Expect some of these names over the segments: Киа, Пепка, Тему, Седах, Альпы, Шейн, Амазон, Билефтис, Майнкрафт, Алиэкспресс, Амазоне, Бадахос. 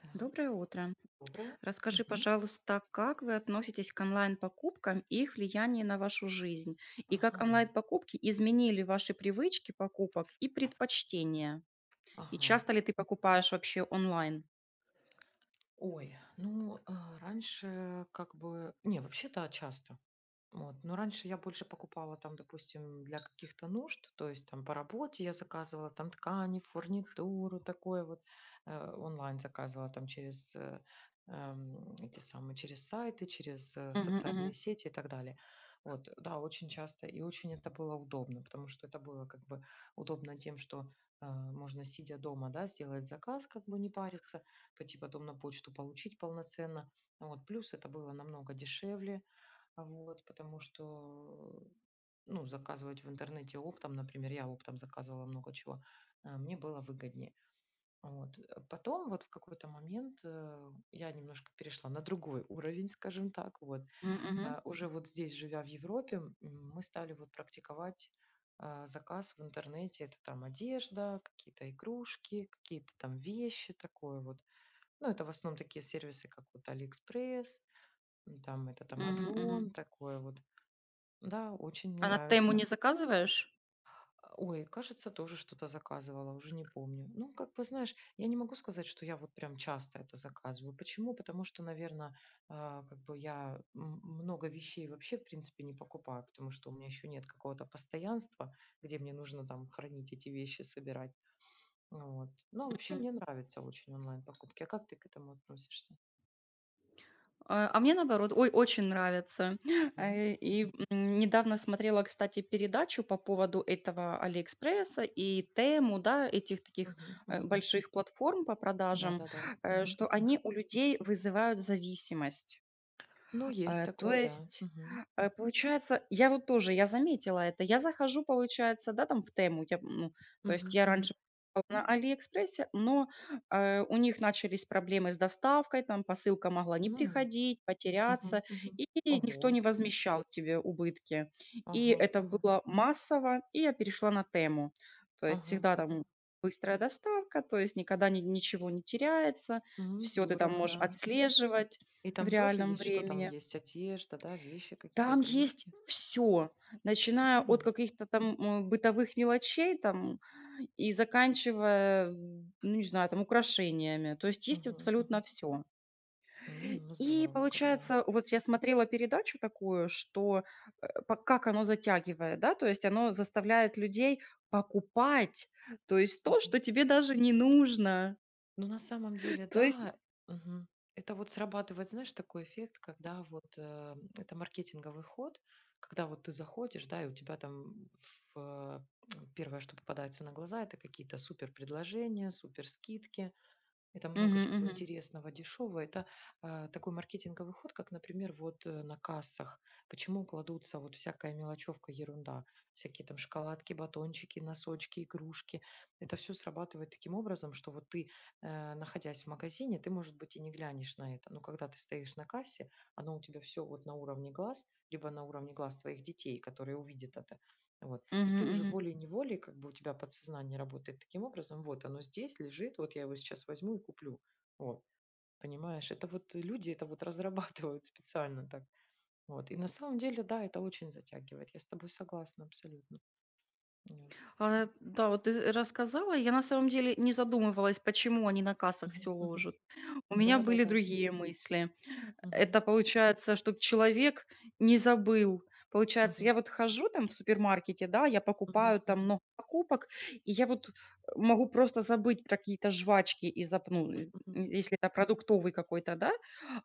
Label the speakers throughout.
Speaker 1: Так.
Speaker 2: Доброе утро.
Speaker 1: Доброе.
Speaker 2: Расскажи,
Speaker 1: Мгм.
Speaker 2: пожалуйста, как вы относитесь к онлайн-покупкам и их влияние на вашу жизнь? И как
Speaker 1: Ага,
Speaker 2: онлайн-покупки изменили ваши привычки покупок и предпочтения? И
Speaker 1: ага.
Speaker 2: часто ли ты покупаешь вообще онлайн?
Speaker 1: Ой, ну, раньше как бы не, вообще-то часто. Вот. Но раньше я больше покупала там, допустим, для каких-то нужд, то есть там по работе я заказывала там ткани, фурнитуру, такое вот онлайн заказывала там через эти самые, через сайты, через
Speaker 2: Мгм,
Speaker 1: социальные
Speaker 2: мгм,
Speaker 1: сети и так далее. Вот, да, очень часто и очень это было удобно, потому что это было как бы удобно тем, что можно сидя дома, да, сделать заказ, как бы не париться, пойти потом на почту получить полноценно. Вот, плюс это было намного дешевле, а вот, потому что, ну, заказывать в интернете оптом, например, я оптом заказывала много чего, мне было выгоднее. Вот. Потом вот в какой-то момент я немножко перешла на другой уровень, скажем так, вот.
Speaker 2: м, мгм,
Speaker 1: Уже вот здесь, живя в Европе, мы стали вот практиковать заказ в интернете. Это там одежда, какие-то игрушки, какие-то там вещи, такое вот. Ну, это в основном такие сервисы, как вот Алиэкспресс, там этот
Speaker 2: мгм, мгм.
Speaker 1: Амазон, такое вот. Да, очень мне
Speaker 2: А на Тему
Speaker 1: нравится.
Speaker 2: не заказываешь?
Speaker 1: Ой, кажется, тоже что-то заказывала, уже не помню. Ну, как бы, знаешь, я не могу сказать, что я вот прям часто это заказываю. Почему? Потому что, наверное, как бы я много вещей вообще, в принципе, не покупаю, потому что у меня еще нет какого-то постоянства, где мне нужно там хранить эти вещи, собирать. Вот. Но вообще мне нравятся очень онлайн-покупки. А как ты к этому относишься?
Speaker 2: А мне наоборот, ой, очень нравится.
Speaker 1: Мгм.
Speaker 2: И недавно смотрела, кстати, передачу по поводу этого Алиэкспресса и Тему, да, этих таких
Speaker 1: Мгм. Мгм.
Speaker 2: больших платформ по
Speaker 1: Да,
Speaker 2: продажам,
Speaker 1: да, да. Мгм.
Speaker 2: что они у людей вызывают зависимость.
Speaker 1: Ну, есть
Speaker 2: А, то
Speaker 1: такое, да.
Speaker 2: есть,
Speaker 1: Мгм.
Speaker 2: получается, я вот тоже, я заметила это. Я захожу, получается, да, там в Тему. Я, ну, то есть
Speaker 1: Мгм.
Speaker 2: я
Speaker 1: Мгм.
Speaker 2: раньше покупала на «Алиэкспрессе», но у них начались проблемы с доставкой, там посылка могла не
Speaker 1: Ну,
Speaker 2: приходить,
Speaker 1: мгм,
Speaker 2: потеряться,
Speaker 1: мгм.
Speaker 2: и никто
Speaker 1: Ого.
Speaker 2: не возмещал тебе убытки. И
Speaker 1: Ага,
Speaker 2: это
Speaker 1: ага,
Speaker 2: было массово, и я перешла на Тему. То есть
Speaker 1: ага,
Speaker 2: всегда
Speaker 1: ага.
Speaker 2: там быстрая доставка, то есть никогда ни ничего не теряется,
Speaker 1: М,
Speaker 2: все ты там
Speaker 1: здорово,
Speaker 2: можешь
Speaker 1: да.
Speaker 2: отслеживать
Speaker 1: И
Speaker 2: в
Speaker 1: там тоже
Speaker 2: реальном
Speaker 1: есть, что там
Speaker 2: времени.
Speaker 1: есть? Одежда, да, вещи, какие-то
Speaker 2: Там есть
Speaker 1: игрушки.
Speaker 2: все, начиная от
Speaker 1: М,
Speaker 2: каких-то там, бытовых мелочей там и заканчивая, ну, не знаю, там украшениями. То есть есть
Speaker 1: мгм,
Speaker 2: абсолютно
Speaker 1: мгм.
Speaker 2: все.
Speaker 1: М, ну
Speaker 2: И
Speaker 1: здорово, когда.
Speaker 2: получается, вот я смотрела передачу такую, что, э, па как оно затягивает, да, то есть оно заставляет людей покупать, то есть то,
Speaker 1: Мгм.
Speaker 2: что тебе даже не нужно.
Speaker 1: Ну, на самом деле,
Speaker 2: То есть.
Speaker 1: да, мгм. Это вот срабатывает, знаешь, такой эффект, когда вот это маркетинговый ход, когда вот ты заходишь, да, и у тебя там в, э, первое, что попадается на глаза, это какие-то супер предложения, супер скидки. Это много
Speaker 2: Мгм,
Speaker 1: чего
Speaker 2: мгм,
Speaker 1: интересного, дешевого. Это такой маркетинговый ход, как, например, вот на кассах. Почему кладутся вот всякая мелочевка, ерунда, всякие там шоколадки, батончики, носочки, игрушки. Это все срабатывает таким образом, что вот ты, находясь в магазине, ты, может быть, и не глянешь на это. Но когда ты стоишь на кассе, оно у тебя все вот на уровне глаз, либо на уровне глаз твоих детей, которые увидят это. Вот. И
Speaker 2: мгм,
Speaker 1: ты уже
Speaker 2: мгм.
Speaker 1: волей-неволей, как бы у тебя подсознание работает таким образом, вот оно здесь лежит, вот я его сейчас возьму и куплю. Вот. Понимаешь, это вот люди это вот разрабатывают специально так. Вот. И на самом деле, да, это очень затягивает. Я с тобой согласна абсолютно. Вот.
Speaker 2: А, да, вот ты рассказала, я на самом деле не задумывалась, почему они на кассах все
Speaker 1: Мгм, мгм.
Speaker 2: ложат. У
Speaker 1: Да,
Speaker 2: меня
Speaker 1: да,
Speaker 2: были
Speaker 1: да.
Speaker 2: другие мысли.
Speaker 1: Мгм,
Speaker 2: Это получается, чтобы человек не забыл. Получается,
Speaker 1: мгм,
Speaker 2: я вот хожу там в супермаркете, да, я
Speaker 1: мгм,
Speaker 2: покупаю там
Speaker 1: мгм,
Speaker 2: много покупок, и я вот могу просто забыть про какие-то жвачки и запну
Speaker 1: мгм.
Speaker 2: если это продуктовый какой-то, да.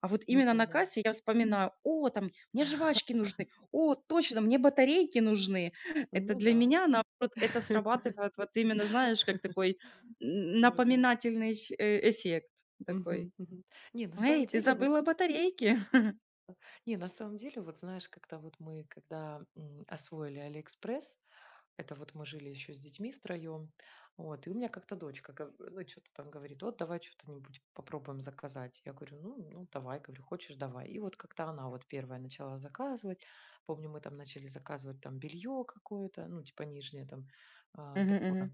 Speaker 2: А вот
Speaker 1: Ну
Speaker 2: именно
Speaker 1: да,
Speaker 2: на
Speaker 1: да.
Speaker 2: кассе я вспоминаю: «О, там мне жвачки нужны, о, точно, мне батарейки нужны». Это
Speaker 1: Ну
Speaker 2: для
Speaker 1: да.
Speaker 2: меня, наоборот, это срабатывает вот именно, знаешь, как такой н
Speaker 1: Ну да.
Speaker 2: напоминательный эффект
Speaker 1: Мгм,
Speaker 2: такой:
Speaker 1: мгм. Не, на самом
Speaker 2: «Эй, ты
Speaker 1: деле, вот.
Speaker 2: забыла батарейки».
Speaker 1: Не, на самом деле, вот знаешь, как-то вот мы, когда освоили Алиэкспресс, это вот мы жили еще с детьми втроем, вот, и у меня как-то дочка, ну, что-то там говорит, вот, давай что-нибудь попробуем заказать. Я говорю, ну, ну, давай, говорю, хочешь, давай. И вот как-то она вот первая начала заказывать, помню, мы там начали заказывать там белье какое-то, ну, типа нижнее там
Speaker 2: Мгм,
Speaker 1: такое.
Speaker 2: мгм.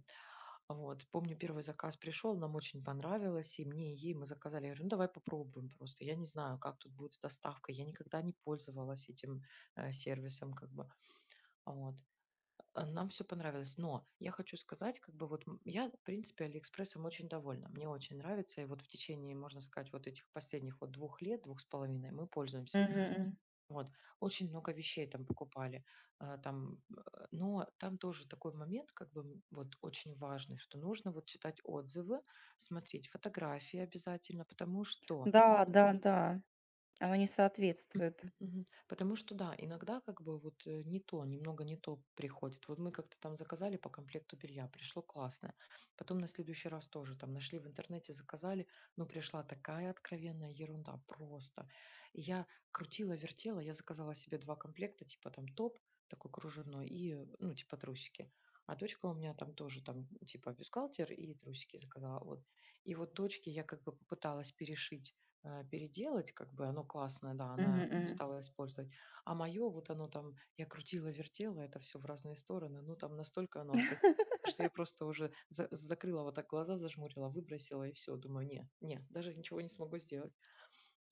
Speaker 1: Вот, помню, первый заказ пришел, нам очень понравилось, и мне, и ей. Мы заказали. Я говорю: "Ну, давай попробуем просто. Я не знаю, как тут будет с доставкой". Я никогда не пользовалась этим, сервисом как бы. Вот. А нам все понравилось. Но я хочу сказать, как бы вот, я, в принципе, "Алиэкспрессом" очень довольна. Мне очень нравится. И вот в течение, можно сказать, вот этих последних вот 2 лет, 2 с половиной, мы пользуемся.
Speaker 2: Мгм, мгм.
Speaker 1: Вот. Очень много вещей там покупали. Там, но там тоже такой момент, как бы вот очень важный, что нужно вот читать отзывы, смотреть фотографии обязательно, потому что
Speaker 2: Да, да, да. Оно не соответствует.
Speaker 1: мгм. Потому что да, иногда как бы вот не то, немного не то приходит. Вот мы как-то там заказали по комплекту белья, пришло классное. Потом на следующий раз тоже там нашли в интернете, заказали, но пришла такая откровенная ерунда просто. И я крутила, вертела, я заказала себе два комплекта, типа там топ такой кружевной и, ну, типа трусики. А дочка у меня там тоже там типа бюстгальтер и трусики заказала. Вот. И вот дочке я как бы попыталась перешить переделать, как бы оно классное, да,
Speaker 2: Мгм,
Speaker 1: она
Speaker 2: мгм.
Speaker 1: стала использовать. А мое, вот оно там, я крутила, вертела это все в разные стороны, ну там настолько оно отвратительно, что я просто уже закрыла вот так глаза, зажмурила, выбросила и все. Думаю, не, не, даже ничего не смогу сделать.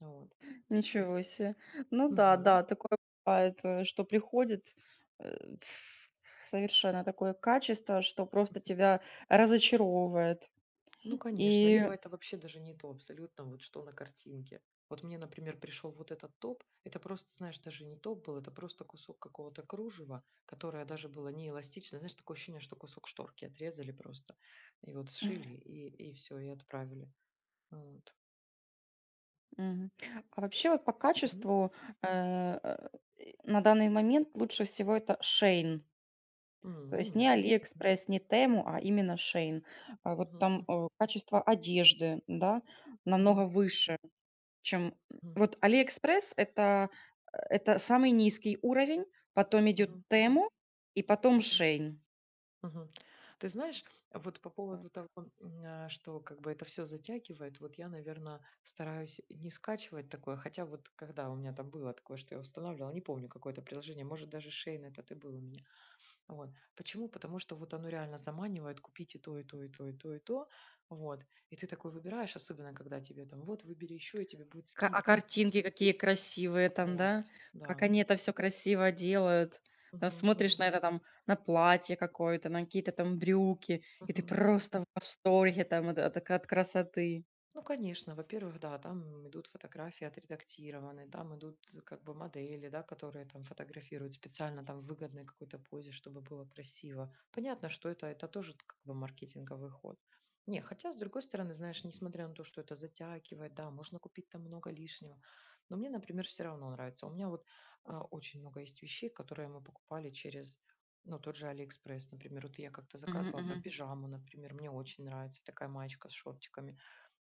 Speaker 1: Вот.
Speaker 2: Ничего себе. Ну да,
Speaker 1: Мгм.
Speaker 2: да, такое бывает что приходит, э, ф- совершенно такое качество, что просто тебя разочаровывает.
Speaker 1: Ну, конечно,
Speaker 2: И
Speaker 1: либо это вообще даже не то абсолютно, вот что на картинке. Вот мне, например, пришел вот этот топ, это просто, знаешь, даже не топ был, это просто кусок какого-то кружева, которое даже было не эластично. Знаешь, такое ощущение, что кусок шторки отрезали просто, и вот сшили, и все, и отправили. Вот.
Speaker 2: мгм. А вообще вот по
Speaker 1: Мгм.
Speaker 2: качеству, э, э, на данный момент лучше всего это Шейн.
Speaker 1: М,
Speaker 2: То есть не
Speaker 1: м.
Speaker 2: «Алиэкспресс», не «Тему», а именно «Шейн». А вот
Speaker 1: Мгм.
Speaker 2: там,
Speaker 1: Мгм.
Speaker 2: качество одежды, да,
Speaker 1: Мгм.
Speaker 2: намного выше, чем.
Speaker 1: Мгм.
Speaker 2: Вот «Алиэкспресс» — это самый низкий уровень, потом идет
Speaker 1: Мгм. Мгм.
Speaker 2: «Тему» и потом
Speaker 1: Мгм.
Speaker 2: «Шейн».
Speaker 1: Мгм. Ты знаешь, вот по поводу того,
Speaker 2: Так.
Speaker 1: что как бы это все затягивает, вот я, наверное, стараюсь не скачивать такое, хотя вот когда у меня там было такое, что я устанавливала, не помню какое-то приложение, может даже Шейн этот и был у меня. Вот. Почему? Потому что вот оно реально заманивает купить и то, и то, и то, и то, и то. Вот. И ты такой выбираешь, особенно когда тебе там, вот, выбери еще, и тебе будет
Speaker 2: Ка а
Speaker 1: скидка.
Speaker 2: картинки какие красивые там,
Speaker 1: Вот,
Speaker 2: да? Как
Speaker 1: да.
Speaker 2: они это все красиво делают. Там
Speaker 1: Мгм,
Speaker 2: смотришь
Speaker 1: мгм,
Speaker 2: на это там, на платье какое-то, на какие-то там брюки, и ты
Speaker 1: мгм, мгм.
Speaker 2: просто в восторге там от красоты.
Speaker 1: Ну, конечно, во-первых, да, там идут фотографии отредактированные, там идут как бы модели, да, которые там фотографируют специально там в выгодной какой-то позе, чтобы было красиво. Понятно, что это тоже как бы маркетинговый ход. Не, хотя, с другой стороны, знаешь, несмотря на то, что это затягивает, да, можно купить там много лишнего, но мне, например, все равно нравится. У меня вот очень много есть вещей, которые мы покупали через, ну, тот же Алиэкспресс, например. Вот я как-то
Speaker 2: Мгм,
Speaker 1: заказывала там
Speaker 2: мгм.
Speaker 1: пижаму, например, мне очень нравится такая маечка с шортиками.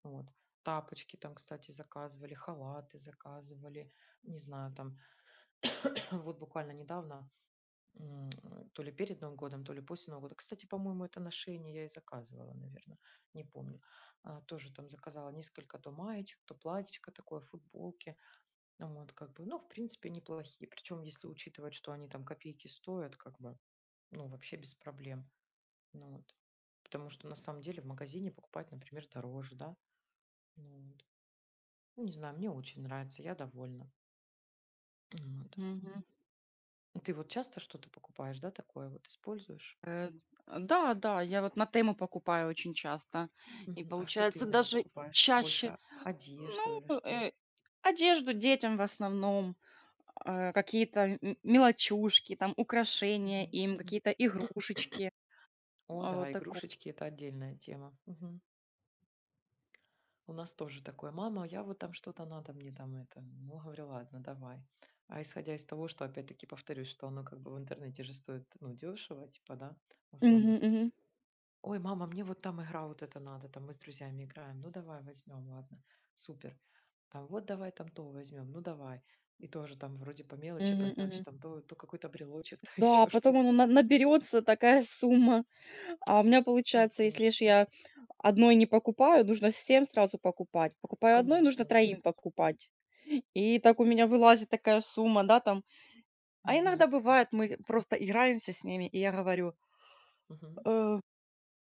Speaker 1: Вот. Тапочки там, кстати, заказывали, халаты заказывали. Не знаю, там вот буквально недавно, м, то ли перед Новым годом, то ли после Нового года. Кстати, по-моему, это ношение я и заказывала, наверное, не помню. Тоже там заказала несколько то маечек, то платьечко такое, футболки. Ну, вот, как бы, ну, в принципе, неплохие. Причем, если учитывать, что они там копейки стоят, как бы, ну, вообще без проблем. Ну, вот. Потому что на самом деле в магазине покупать, например, дороже, да? Ну, вот. Ну не знаю, мне очень нравится, я довольна. М, вот.
Speaker 2: Мгм.
Speaker 1: Ты вот часто что-то покупаешь, да, такое вот используешь?
Speaker 2: Э, да, да, я вот на Тему покупаю очень часто. И
Speaker 1: Мгм. А что ты
Speaker 2: получается
Speaker 1: именно
Speaker 2: даже
Speaker 1: покупаешь?
Speaker 2: чаще.
Speaker 1: Больше одежду
Speaker 2: Ну,
Speaker 1: или что?
Speaker 2: одежду детям в основном, какие-то мелочушки, там украшения
Speaker 1: Мгм.
Speaker 2: им,
Speaker 1: Мгм.
Speaker 2: какие-то игрушечки,
Speaker 1: О,
Speaker 2: вот
Speaker 1: да,
Speaker 2: такое.
Speaker 1: игрушечки это отдельная тема. Мгм. У нас тоже такое. Мама, я вот там что-то надо мне там это. Ну, говорю, ладно, давай. А исходя из того, что опять-таки повторюсь, что оно как бы в интернете же стоит, ну, дешево, типа, да, в
Speaker 2: Мгм,
Speaker 1: основном.
Speaker 2: мгм.
Speaker 1: Ой, мама, мне вот там игра вот эта надо, там мы с друзьями играем. Ну давай возьмем, ладно, супер. Там вот давай там то возьмем, ну давай. И тоже там вроде по
Speaker 2: Мгм,
Speaker 1: мелочи,
Speaker 2: мгм.
Speaker 1: там то, то какой-то брелочек, то
Speaker 2: Да, а
Speaker 1: еще
Speaker 2: потом
Speaker 1: что-то.
Speaker 2: оно на наберется такая сумма. А у меня
Speaker 1: Ну
Speaker 2: получается, если
Speaker 1: тоже.
Speaker 2: ж я одной не покупаю, нужно всем сразу покупать. Покупаю одной, нужно
Speaker 1: Конечно, да.
Speaker 2: троим покупать. И так у меня вылазит такая сумма, да, там. А
Speaker 1: Мгм.
Speaker 2: иногда бывает, мы просто играемся с ними, и я говорю:
Speaker 1: Мгм.
Speaker 2: «Э».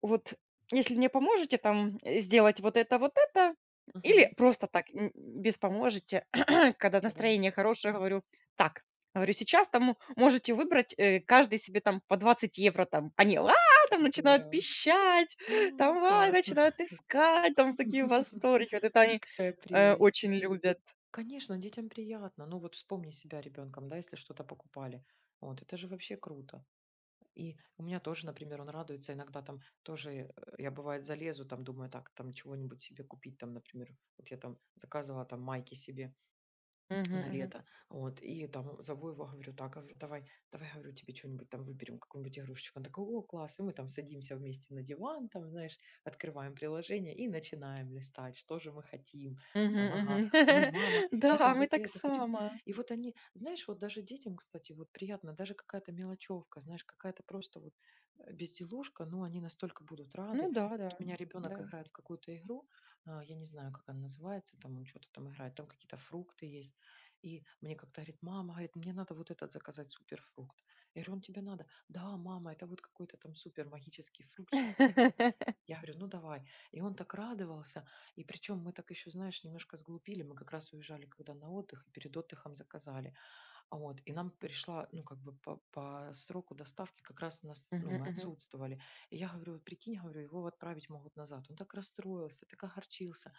Speaker 2: Вот если мне поможете там, сделать вот это, или
Speaker 1: Мгм.
Speaker 2: просто так, н без «поможете», когда
Speaker 1: Да,
Speaker 2: настроение хорошее, говорю: «Так». Говорю: «Сейчас там можете выбрать, каждый себе там по 20 евро там». Они: «А!»
Speaker 1: как
Speaker 2: Там начинают
Speaker 1: здорово.
Speaker 2: пищать,
Speaker 1: М,
Speaker 2: там: «Ай!»
Speaker 1: классно.
Speaker 2: Начинают искать, там такие в Вот это они,
Speaker 1: Какая прелесть.
Speaker 2: очень любят.
Speaker 1: Конечно, детям приятно. Ну вот вспомни себя ребенком, да, если что-то покупали. Вот, это же вообще круто. И у меня тоже, например, он радуется иногда там тоже, я бывает залезу, там думаю, так, там чего-нибудь себе купить, там, например, вот я там заказывала там майки себе,
Speaker 2: Мгм,
Speaker 1: на
Speaker 2: мгм.
Speaker 1: лето. Вот, и там зову его, говорю, так, говорю, давай, давай, говорю, тебе что-нибудь там выберем, какую-нибудь игрушечку. Он такой, о, класс, и мы там садимся вместе на диван, там, знаешь, открываем приложение и начинаем листать, что же мы хотим.
Speaker 2: Мгм,
Speaker 1: Там, ага,
Speaker 2: мгм.
Speaker 1: ой, мама, я
Speaker 2: Да,
Speaker 1: там
Speaker 2: мы
Speaker 1: вот
Speaker 2: так
Speaker 1: это хочу.
Speaker 2: само.
Speaker 1: И вот они, знаешь, вот даже детям, кстати, вот приятно, даже какая-то мелочевка, знаешь, какая-то просто вот безделушка, ну, они настолько будут рады.
Speaker 2: Ну да,
Speaker 1: Вот.
Speaker 2: да,
Speaker 1: У меня ребенок
Speaker 2: да.
Speaker 1: играет в какую-то игру, я не знаю, как она называется, там он что-то там играет, там какие-то фрукты есть. И мне как-то говорит: "Мама, говорит, мне надо вот этот заказать суперфрукт". Я говорю: "Он тебе надо?" "Да, мама, это вот какой-то там супер магический фрукт, что-то это". Я говорю: "Ну, давай". И он так радовался. И причем мы так еще, знаешь, немножко сглупили. Мы как раз уезжали когда на отдых, и перед отдыхом заказали. А вот, и нам пришла, ну, как бы по, сроку доставки как раз нас, ну,
Speaker 2: Мгм,
Speaker 1: мы
Speaker 2: мгм.
Speaker 1: отсутствовали. И я говорю, «Вот прикинь, говорю, его отправить могут назад. Он так расстроился, так огорчился.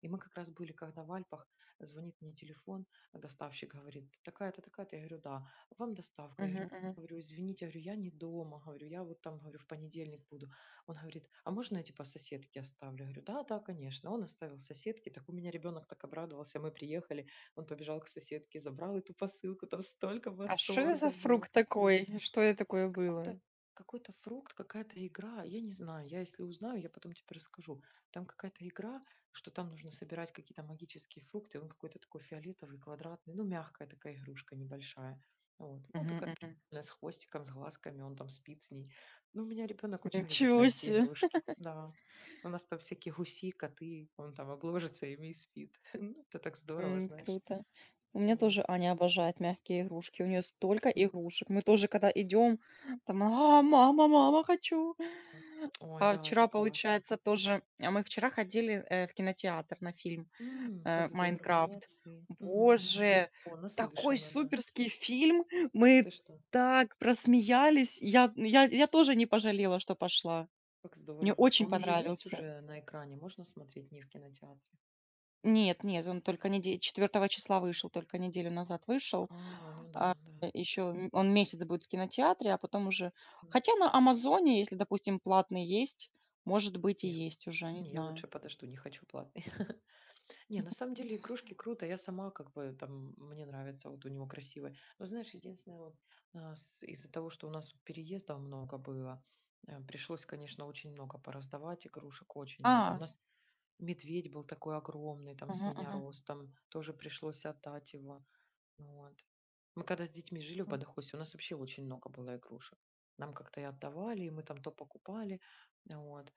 Speaker 1: И мы как раз были, когда в Альпах, звонит мне телефон, а доставщик говорит, такая-то, такая-то. Я говорю, да, вам доставка. Я
Speaker 2: Мгм,
Speaker 1: говорю,
Speaker 2: мгм.
Speaker 1: извините, говорю, я не дома, говорю, я вот там, говорю, в понедельник буду. Он говорит, а можно я типа соседки оставлю? Я говорю, да, да, конечно. Он оставил соседки, так у меня ребенок так обрадовался, мы приехали. Он побежал к соседке, забрал эту посылку, там столько
Speaker 2: А что это за
Speaker 1: восторга было.
Speaker 2: фрукт такой? Что это такое
Speaker 1: Какой-то
Speaker 2: было?
Speaker 1: какой-то фрукт, какая-то игра, я не знаю, я если узнаю, я потом тебе расскажу. Там какая-то игра, что там нужно собирать какие-то магические фрукты, он какой-то такой фиолетовый, квадратный, ну, мягкая такая игрушка небольшая. Вот. Ну,
Speaker 2: Мгм,
Speaker 1: такая
Speaker 2: мгм.
Speaker 1: прикольная, с хвостиком, с глазками, он там спит с ней. Ну, у меня ребенок очень любит
Speaker 2: Ничего
Speaker 1: мягкие
Speaker 2: себе.
Speaker 1: игрушки, да. У нас там всякие гуси, коты, он там обложится ими и спит. Ну, это так здорово, знаешь.
Speaker 2: Круто. У меня
Speaker 1: Вот.
Speaker 2: тоже Аня обожает мягкие игрушки. У нее столько
Speaker 1: Мгм.
Speaker 2: игрушек. Мы тоже, когда идем, там, а, мама, мама, хочу.
Speaker 1: Ой,
Speaker 2: А
Speaker 1: да, это
Speaker 2: вчера,
Speaker 1: классно.
Speaker 2: получается, тоже. А мы вчера ходили в кинотеатр на фильм
Speaker 1: М, как здорово,
Speaker 2: «Майнкрафт».
Speaker 1: молодцы. Мгм, мгм.
Speaker 2: Боже,
Speaker 1: О,
Speaker 2: такой
Speaker 1: наслышана, да.
Speaker 2: суперский фильм. Мы
Speaker 1: Ты что?
Speaker 2: так просмеялись. Я тоже не пожалела, что пошла.
Speaker 1: Как
Speaker 2: Мне
Speaker 1: здорово. А
Speaker 2: очень
Speaker 1: он уже есть
Speaker 2: понравился.
Speaker 1: уже на экране? Можно смотреть, не в кинотеатре?
Speaker 2: Нет, нет, он только неде 4 числа вышел, только неделю назад вышел.
Speaker 1: А, ну да,
Speaker 2: А,
Speaker 1: да.
Speaker 2: еще он месяц будет в кинотеатре, а потом уже
Speaker 1: М.
Speaker 2: хотя на «Амазоне», если, допустим, платный есть, может быть, и
Speaker 1: Не.
Speaker 2: есть уже, не
Speaker 1: Не, я
Speaker 2: знаю.
Speaker 1: лучше подожду, не хочу платный. Не, на самом деле игрушки круто. Я сама как бы там, мне нравится, вот у него красивые. Но знаешь, единственное, вот, из-за того, что у нас переездов много было, пришлось, конечно, очень много пораздавать игрушек, очень много. У
Speaker 2: А,
Speaker 1: нас медведь был такой огромный, там, с
Speaker 2: мгм,
Speaker 1: меня
Speaker 2: мгм,
Speaker 1: ростом, тоже пришлось отдать его. Вот. Мы когда с детьми жили в
Speaker 2: м,
Speaker 1: Бадахосе, у нас вообще очень много было игрушек. Нам как-то и отдавали, и мы там то покупали, вот,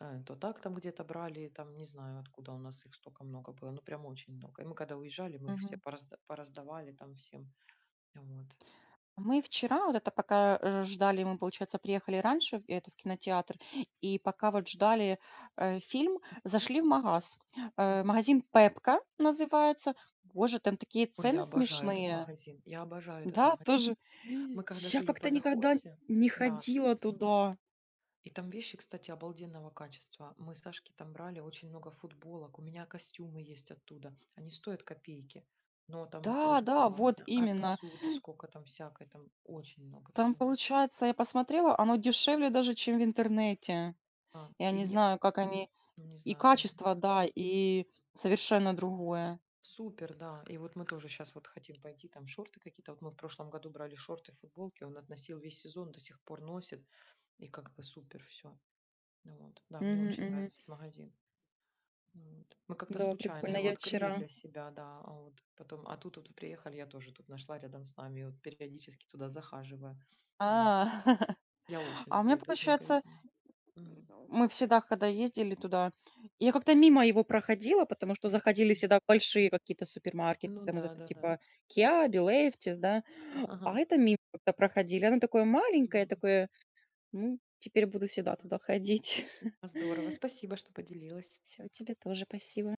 Speaker 1: то так там где-то брали, там не знаю, откуда у нас их столько много было, ну прям очень много. И мы когда уезжали, мы их все
Speaker 2: мгм.
Speaker 1: пораздавали там всем, вот.
Speaker 2: Мы вчера вот это пока, ждали, мы, получается, приехали раньше в кинотеатр, и пока вот ждали, фильм,
Speaker 1: М,
Speaker 2: зашли в магаз.
Speaker 1: мгм.
Speaker 2: Магазин Пепка называется. Боже, там такие
Speaker 1: Ой,
Speaker 2: цены
Speaker 1: я обожаю этот
Speaker 2: смешные.
Speaker 1: магазин, я обожаю этот
Speaker 2: Да,
Speaker 1: магазин.
Speaker 2: тоже.
Speaker 1: Мы когда
Speaker 2: Я
Speaker 1: жили в
Speaker 2: как-то никогда
Speaker 1: Бадахосе,
Speaker 2: не
Speaker 1: да.
Speaker 2: ходила туда.
Speaker 1: И там вещи, кстати, обалденного качества. Мы с Сашки там брали очень много футболок. У меня костюмы есть оттуда. Они стоят копейки, но там
Speaker 2: Да,
Speaker 1: очень
Speaker 2: да, вот
Speaker 1: классно. А
Speaker 2: именно.
Speaker 1: посуды сколько там всякой, там очень много
Speaker 2: Там,
Speaker 1: всего.
Speaker 2: получается, я посмотрела, оно дешевле даже, чем в интернете. Я
Speaker 1: И
Speaker 2: не
Speaker 1: мне,
Speaker 2: знаю, как они
Speaker 1: ну, не
Speaker 2: и
Speaker 1: знаю, там
Speaker 2: качество, да, и совершенно другое.
Speaker 1: супер, да. И вот мы тоже сейчас вот хотим пойти, там шорты какие-то. Вот мы в прошлом году брали шорты, футболки. Он относил весь сезон, до сих пор носит. И как бы супер все. Вот. Да, мне
Speaker 2: Мгм,
Speaker 1: очень
Speaker 2: мгм.
Speaker 1: нравится этот магазин. Вот. Мы как-то
Speaker 2: Да,
Speaker 1: случайно
Speaker 2: прикольно.
Speaker 1: его
Speaker 2: Я
Speaker 1: открыли
Speaker 2: вчера.
Speaker 1: для себя, да. А вот потом, а тут вот приехали, я тоже тут нашла рядом с нами, и вот периодически туда захаживаю.
Speaker 2: А,
Speaker 1: Вот. Я очень
Speaker 2: а у меня,
Speaker 1: люблю этот
Speaker 2: получается.
Speaker 1: магазин. Мгм.
Speaker 2: Мы в Седах когда ездили туда, я как-то мимо его проходила, потому что
Speaker 1: Мгм.
Speaker 2: заходили
Speaker 1: Мгм.
Speaker 2: всегда большие какие-то супермаркеты,
Speaker 1: Ну
Speaker 2: там вот
Speaker 1: да,
Speaker 2: это
Speaker 1: да, да.
Speaker 2: типа «Киа», «Билефтис», да. А
Speaker 1: Ага.
Speaker 2: это мимо как-то проходили. Оно такое
Speaker 1: Да.
Speaker 2: маленькое, такое, ну, теперь буду всегда туда ходить.
Speaker 1: А, здорово. Спасибо, что поделилась.
Speaker 2: Все, тебе тоже спасибо.